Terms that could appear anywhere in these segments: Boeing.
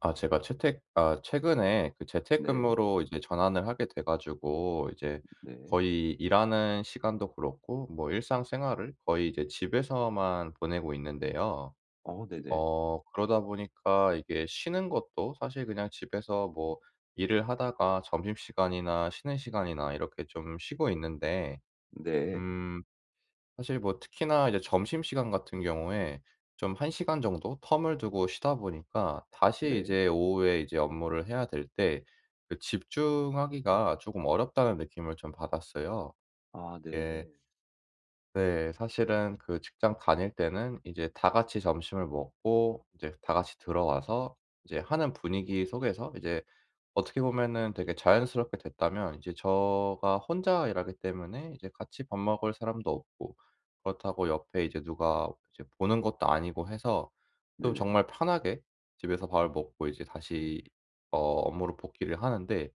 아, 제가 채택 아 최근에 그 네. 재택근무로 이제 전환을 하게 돼 가지고 이제 네. 거의 일하는 시간도 그렇고 뭐 일상생활을 거의 이제 집에서만 보내고 있는데요. 어 네네. 그러다 보니까 이게 쉬는 것도 사실 그냥 집에서 뭐 일을 하다가 점심시간이나 쉬는 시간이나 이렇게 좀 쉬고 있는데 네. 음 사실 뭐 특히나 이제 점심시간 같은 경우에 좀 1 시간 정도 텀을 두고 쉬다 보니까 다시 네. 이제 오후에 이제 업무를 해야 될 때 그 집중하기가 조금 어렵다는 느낌을 좀 받았어요. 아 예. 네. 네, 사실은 그 직장 다닐 때는 이제 다 같이 점심을 먹고 이제 다 같이 들어와서 이제 하는 분위기 속에서 이제 어떻게 보면은 되게 자연스럽게 됐다면 이제 제가 혼자 일하기 때문에 이제 같이 밥 먹을 사람도 없고 그렇다고 옆에 이제 누가 이제 보는 것도 아니고 해서 좀 네네. 정말 편하게 집에서 밥을 먹고 이제 다시 업무로 복귀를 하는데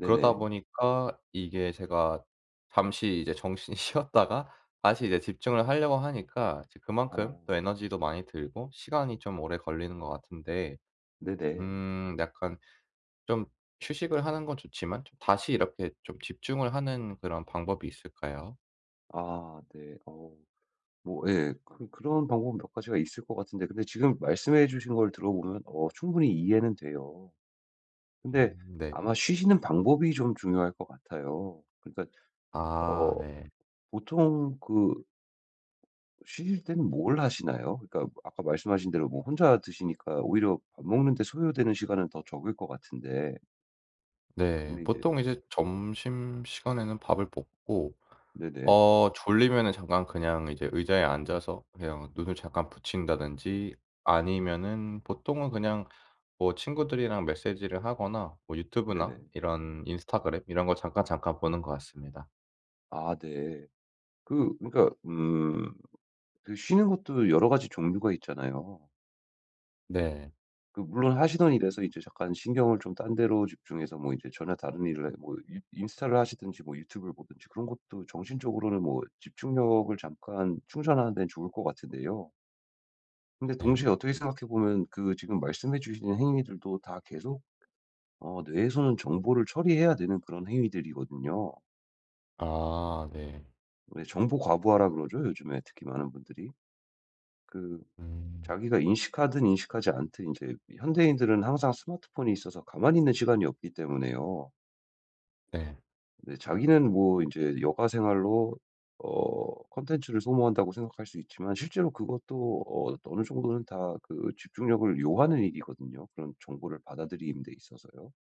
그러다 보니까 이게 제가 잠시 이제 정신이 쉬었다가 다시 이제 집중을 하려고 하니까 이제 그만큼 어. 또 에너지도 많이 들고 시간이 좀 오래 걸리는 것 같은데 네네. 약간 좀 휴식을 하는 건 좋지만 좀 다시 이렇게 좀 집중을 하는 그런 방법이 있을까요? 아 네. 어. 뭐 예. 그런 방법 몇 가지가 있을 것 같은데 근데 지금 말씀해 주신 걸 들어보면 충분히 이해는 돼요. 근데 네. 아마 쉬시는 방법이 좀 중요할 것 같아요. 그러니까 어 아 네. 보통 쉬실 때는 뭘 하시나요? 그러니까 아까 말씀하신 대로 뭐 혼자 드시니까 오히려 밥 먹는 데 소요되는 시간은 더 적을 것 같은데 네, 근데 이제 보통 이제 점심시간에는 밥을 먹고 네네. 졸리면은 잠깐 그냥 이제 의자에 앉아서 그냥 눈을 잠깐 붙인다든지 아니면은 보통은 그냥 뭐 친구들이랑 메시지를 하거나 뭐 유튜브나 네네. 이런 인스타그램 이런 거 잠깐, 잠깐 보는 것 같습니다. 아 네. 그러니까 쉬는 것도 여러 가지 종류가 있잖아요. 네. 물론 하시던 일에서 이제 잠깐 신경을 좀 딴 데로 집중해서 뭐 이제 전혀 다른 일을 해 뭐 인 인스타를 하시든지 뭐 유튜브를 보든지 그런 것도 정신적으로는 뭐 집중력을 잠깐 충전하는 데는 좋을 것 같은데요. 근데 네. 동시에 어떻게 생각해 보면 지금 말씀해 주신 행위들도 다 계속 뇌에서는 정보를 처리해야 되는 그런 행위들이거든요. 아 네. 왜 정보 과부하라 그러죠, 요즘에 특히 많은 분들이. 그 음 자기가 인식하든 인식하지 않든 이제 현대인들은 항상 스마트폰이 있어서 가만히 있는 시간이 없기 때문에요. 네. 근데 자기는 뭐 이제 여가 생활로 콘텐츠를 소모한다고 생각할 수 있지만 실제로 그것도 어느 정도는 다 집중력을 요하는 일이거든요, 그런 정보를 받아들이는 데 있어서요.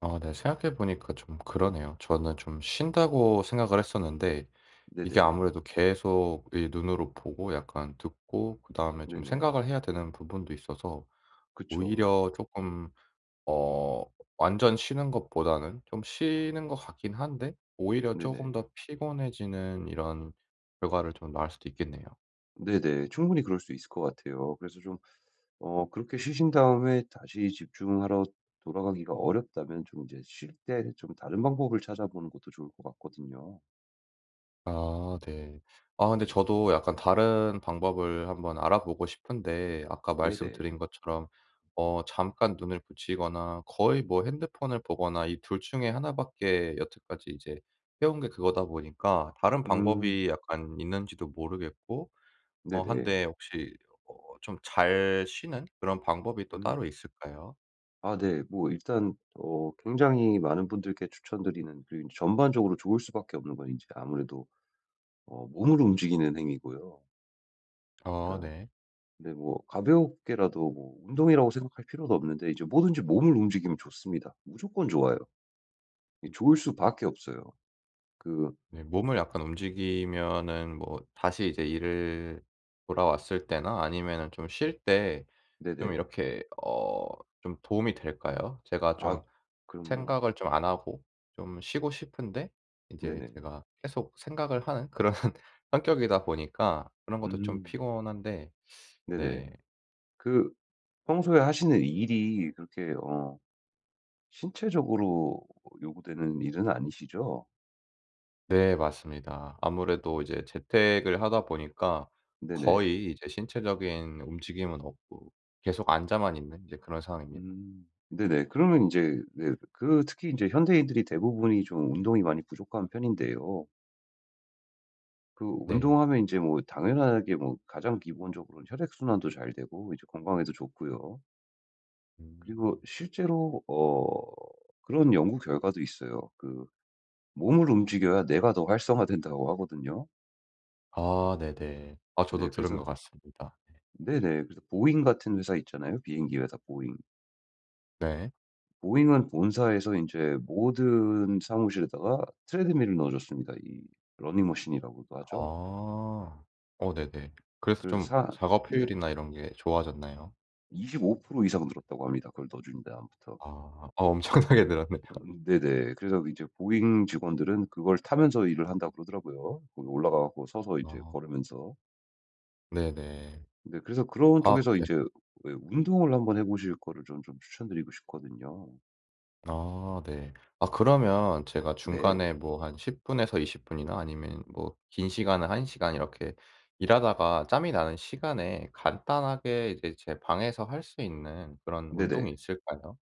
아 네, 생각해 보니까 좀 그러네요. 저는 좀 쉰다고 생각을 했었는데 이게 네네. 아무래도 계속 이 눈으로 보고 약간 듣고 그다음에 좀 네네. 생각을 해야 되는 부분도 있어서 그쵸. 오히려 조금 어 완전 쉬는 것보다는 좀 쉬는 것 같긴 한데 오히려 조 네네. 금 더 피곤해지는 이런 결과를 좀 낳을 수도 있겠네요. 네네. 충분히 그럴 수 있을 것 같아요. 그래서 좀 그렇게 쉬신 다음에 다시 집중하러 돌아가기가 어렵다면 좀 이제 쉴 때 좀 다른 방법을 찾아보는 것도 좋을 것 같거든요. 아 네. 아, 근데 네네. 저도 약간 다른 방법을 한번 알아보고 싶은데 아까 네네. 말씀드린 것처럼 잠깐 눈을 붙이거나 거의 뭐 핸드폰을 보거나 이 둘 중에 하나밖에 여태까지 이제 해온 게 그거다 보니까 다른 음. 방법이 약간 있는지도 모르겠고 네네. 한데 혹시 좀 잘 쉬는 그런 방법이 또 음. 따로 있을까요? 아 네. 뭐 일단 굉장히 많은 분들께 추천드리는 그리고 전반적으로 좋을 수밖에 없는 건 이제 아무래도 몸으로 움직이는 행위고요. 아 그러니까 네. 근데 뭐 가볍게라도 뭐 운동이라고 생각할 필요도 없는데 이제 뭐든지 몸을 움직이면 좋습니다. 무조건 좋아요. 이 좋을 수밖에 없어요. 그 네, 몸을 약간 움직이면은 뭐 다시 이제 일을 돌아왔을 때나 아니면은 좀 쉴 때 좀 네네. 이렇게 좀 도움이 될까요? 제가 좀 아 그럼요. 생각을 좀 안 하고 좀 쉬고 싶은데 이제 네네. 제가 계속 생각을 하는 그런 성격이다 보니까 그런 것도 좀 음 피곤한데 네네. 네. 그 평소에 하시는 일이 그렇게 신체적으로 요구되는 일은 아니시죠? 네, 맞습니다. 아무래도 이제 재택을 하다 보니까 네네. 거의 이제 신체적인 움직임은 없고 계속 앉아만 있는 이제 그런 상황입니다. 음. 네네. 그러면 인제 네 특히 인제 현대인들이 대부분이 좀 운동이 많이 부족한 편인데요. 네. 운동하면 이제 뭐 당연하게 뭐 가장 기본적으로는 혈액순환도 잘 되고 이제 건강에도 좋고요. 음. 그리고 실제로 그런 연구 결과도 있어요. 몸을 움직여야 뇌가 더 활성화된다고 하거든요. 아 네네. 아, 네 저도 들은 그래서 것 같습니다. 네네. 그래서 보잉 같은 회사 있잖아요, 비행기 회사 보잉. 네. 보잉은 본사에서 이제 모든 사무실에다가 트레드밀을 넣어 줬습니다. 이 러닝머신이라고도 하죠. 아. 어 네네. 그래서 그래서 좀 사 작업 네 효율이나 이런 게 좋아졌나요? 25% 이상 늘었다고 합니다, 그걸 넣어 준 다음부터. 아. 아, 엄청나게 늘었네요. 네네. 그래서 이제 보잉 직원들은 그걸 타면서 일을 한다고 그러더라고요. 거기 올라가 고 서서 이제 아 걸으면서. 네네. 네 그래서 그런 아 쪽에서 이 예. 제 운동을 한번 해 보실 거를 좀 추천드리고 싶거든요. 아 네. 아, 그러면 제가 네. 중간에 뭐 한 10 분에서 20 분이나 아니면 뭐 긴 시간은 1 시간 이렇게 일하다가 짬이 나는 시간에 간단하게 이제 제 방에서 할 수 있는 그런 네네. 운동이 있을까요?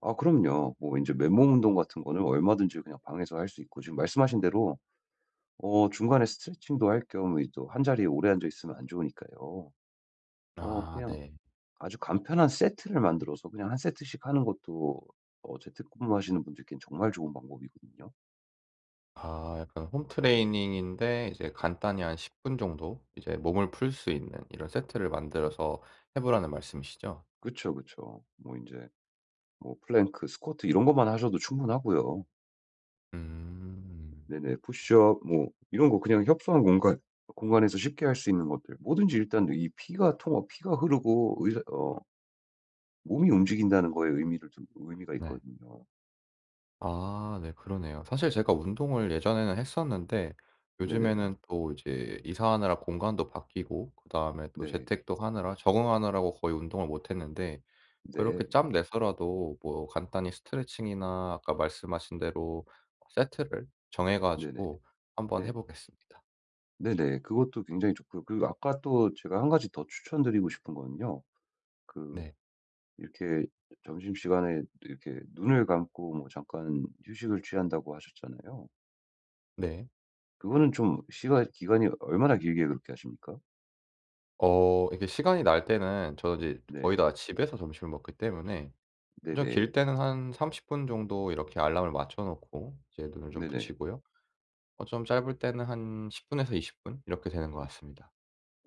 아 그럼요. 뭐 이제 맨몸 운동 같은 거는 얼마든지 그냥 방에서 할 수 있고 지금 말씀하신 대로 중간에 스트레칭도 할 겸 또 한자리에 오래 앉아 있으면 안 좋으니까요. 아 그냥 네. 아주 간편한 세트를 만들어서 그냥 한 세트씩 하는 것도 재택근무하시는 분들께는 정말 좋은 방법이거든요. 아, 약간 홈 트레이닝인데 이제 간단히 한 10분 정도 이제 몸을 풀 수 있는 이런 세트를 만들어서 해 보라는 말씀이시죠? 그쵸, 그쵸. 뭐 이제 뭐 플랭크, 스쿼트 이런 것만 하셔도 충분하고요. 음. 네네. 푸시업 뭐 이런 거 그냥 협소한 공간에서 쉽게 할 수 있는 것들 뭐든지 일단 이 피가 흐르고 의사 어 몸이 움직인다는 거에 의미가 네. 있거든요. 아 네, 그러네요. 사실 제가 운동을 예전에는 했었는데 네네. 요즘에는 또 이제 이사하느라 공간도 바뀌고 그다음에 또 네. 재택도 하느라 적응하느라고 거의 운동을 못 했는데 네. 그렇게 짬 내서라도 뭐 간단히 스트레칭이나 아까 말씀하신 대로 세트를 정해 네네. 가지고 한번 해 네. 보겠습니다. 네네. 그것도 굉장히 좋고요. 그리고 아까 또 제가 한 가지 더 추천드리고 싶은 거는요. 그 네. 이렇게 점심시간에 이렇게 눈을 감고 뭐 잠깐 휴식을 취한다고 하셨잖아요. 네. 그거는 좀 시간 기간이 얼마나 길게 그렇게 하십니까? 이게 시간이 날 때는 저는 이제 네. 거의 다 집에서 점심을 먹기 때문에 좀 네네. 길 때는 한 30분 정도 이렇게 알람을 맞춰 놓고 이제 눈을 좀 네네. 붙이고요. 좀 짧을 때는 한 10 분에서 20분 이렇게 되는 것 같습니다.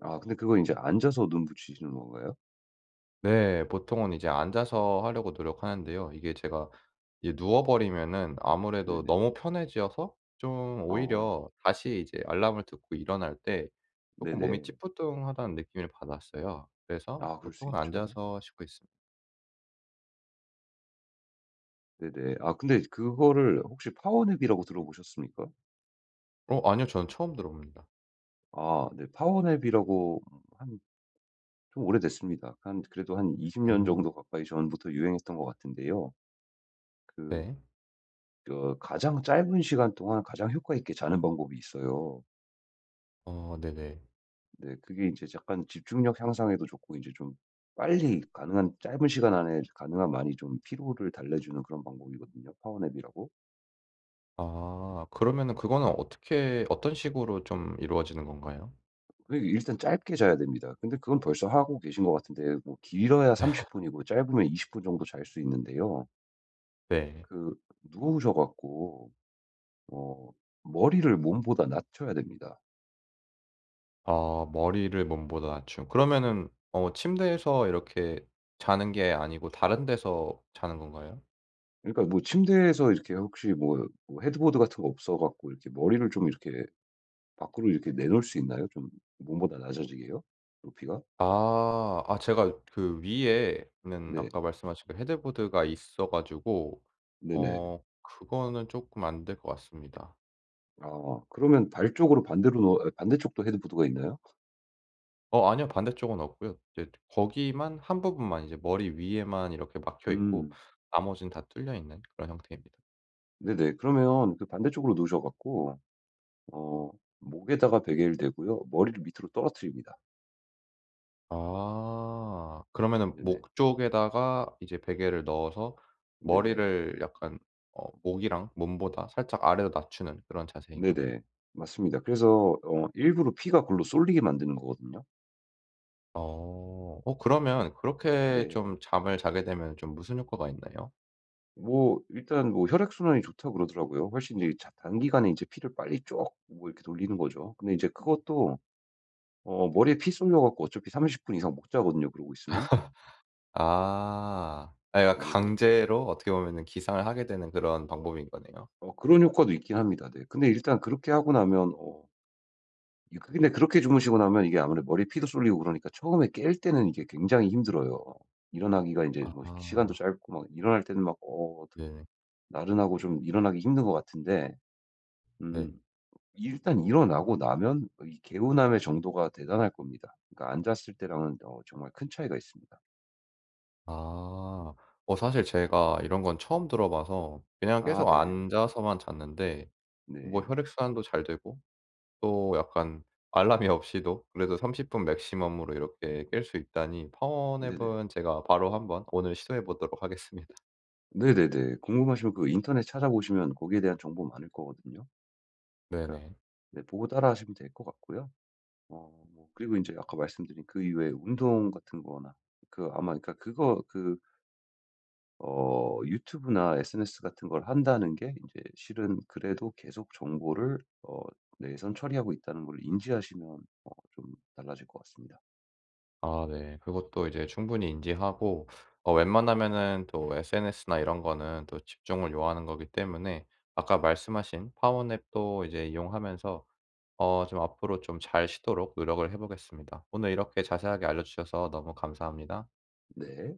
아 근데 그거 이제 앉아서 눈 붙이시는 건가요? 네, 보통은 이제 앉아서 하려고 노력하는데요. 이게 제가 이제 누워 버리면은 아무래도 네네. 너무 편해져서 좀 어. 오히려 다시 이제 알람을 듣고 일어날 때 쪼끔 몸이 네네. 찌뿌둥하다는 느낌을 받았어요. 그래서 아 그럴 수 보통은 있죠. 앉아서 쉬고 있습 네네. 아 근데 그거를 혹시 파워냅이라고 들어보셨습니까? 어 아니요, 저는 처음 들어봅니다. 아 네. 파워냅이라고 한 좀 오래됐습니다. 한 그래도 한 20년 음. 정도 가까이 전부터 유행했던 것 같은데요. 그 네. 가장 짧은 시간 동안 가장 효과 있게 자는 방법이 있어요. 어 네네. 근데 그게 이제 약간 집중력 향상에도 좋고 이제 좀 빨리 가능한 짧은 시간 안에 가능한 많이 좀 피로를 달래주는 그런 방법이거든요. 파워냅이라고. 아, 그러면은 그거는 어떻게 어떤 식으로 좀 이루어지는 건가요? 그게 일단 짧게 자야 됩니다. 근데 그건 벌써 하고 계신 것 같은데 뭐 길어야 30 분이고 짧으면 20분 정도 잘 수 있는데요. 네. 그 누우셔 갖고 어 머리를 몸보다 낮춰야 됩니다. 아, 머리를 몸보다 낮춤. 그러면은 침대에서 이렇게 자는 게 아니고 다른 데서 자는 건가요? 그러니까 뭐 침대에서 이렇게 혹시 뭐 헤드보드 같은 거 없어 갖고 이렇게 머리를 좀 이렇게 밖으로 이렇게 내놓을 수 있나요? 좀 몸보다 낮아지게요? 높이가? 아. 아, 제가 그 위에는 네. 아까 말씀하신 그 헤드보드가 있어 가지고 네네. 그거는 쪼끔 안 될 것 같습니다. 아 그러면 발 쪽으로 반대로 놓 아 반대쪽도 헤드보드가 있나요? 아니요. 반대쪽은 없고요. 이제 거기만 한 부분만 이제 머리 위에만 이렇게 막혀 있고 음. 나머지는 다 뚫려 있는 그런 형태입니다. 네네. 그러면 그 반대쪽으로 놓으셔 갖고 어 목에다가 베개를 대고요. 머리를 밑으로 떨어뜨립니다. 아, 그러면은 네네. 목 쪽에다가 이제 베개를 넣어서 네네. 머리를 약간 목이랑 몸보다 살짝 아래로 낮추는 그런 자세인 거네요. 네네. 맞습니다. 그래서 일부러 피가 글로 쏠리게 만드는 거거든요. 어. 그러면 그렇게 네. 좀 잠을 자게 되면 좀 무슨 효과가 있나요? 뭐 일단 뭐 혈액순환이 좋다고 그러더라고요. 훨씬 이제 자 단기간에 이제 피를 빨리 쭉뭐 이렇게 돌리는 거죠. 근데 이제 그것도 머리에 피 쏠려 갖고 어차피 30분 이상 못 자거든요, 그러고 있으면. 아. 아, 약간 네네. 강제로 어떻게 보면은 기상을 하게 되는 그런 방법인 거네요. 그런 효과도 있긴 합니다. 네. 근데 일단 그렇게 하고 나면 어이 그 근데 그렇게 주무시고 나면 이게 아무래도 머리에 피도 쏠리고 그러니까 처음에 깰 때는 이게 굉장히 힘들어요. 일어나기가 이제 뭐 시간도 아. 짧고 막 일어날 때는 막 네네. 나른하고 좀 일어나기 힘든 것 같은데. 네. 음. 일단 일어나고 나면 이 개운함의 정도가 대단할 겁니다. 그러니까 앉았을 때랑은 정말 큰 차이가 있습니다. 아. 사실 제가 이런 건 처음 들어봐서 그냥 아 계속 네. 앉아서만 잤는데 뭐 네. 혈액순환도 잘 되고 또 약간 알람이 없이도 그래도 30분 맥시멈으로 이렇게 깰 수 있다니 네네. 파워냅은 제가 바로 한번 오늘 시도해 보도록 하겠습니다. 네네네. 궁금하시면 그 인터넷 찾아보시면 거기에 대한 정보 많을 거거든요. 그러니까 네네. 네 보고 따라하시면 될 것 같고요. 뭐 그리고 이제 아까 말씀드린 그 이외에 운동 같은 거나 그 아마 그러니까 그거 그 어 유튜브나 SNS 같은 걸 한다는 게 이제 실은 그래도 계속 정보를 '내에선 처리하고 있다는 걸 인지하시면 좀 달라질 것 같습니다. 아 네, 그것도 이제 충분히 인지하고 웬만하면은 또 SNS나 이런 거는 또 집중을 요하는 거기 때문에 아까 말씀하신 파워냅도 이제 이용하면서 좀 앞으로 좀 잘 쉬도록 노력을 해 보겠습니다. 오늘 이렇게 자세하게 알려 주셔서 너무 감사합니다. 네.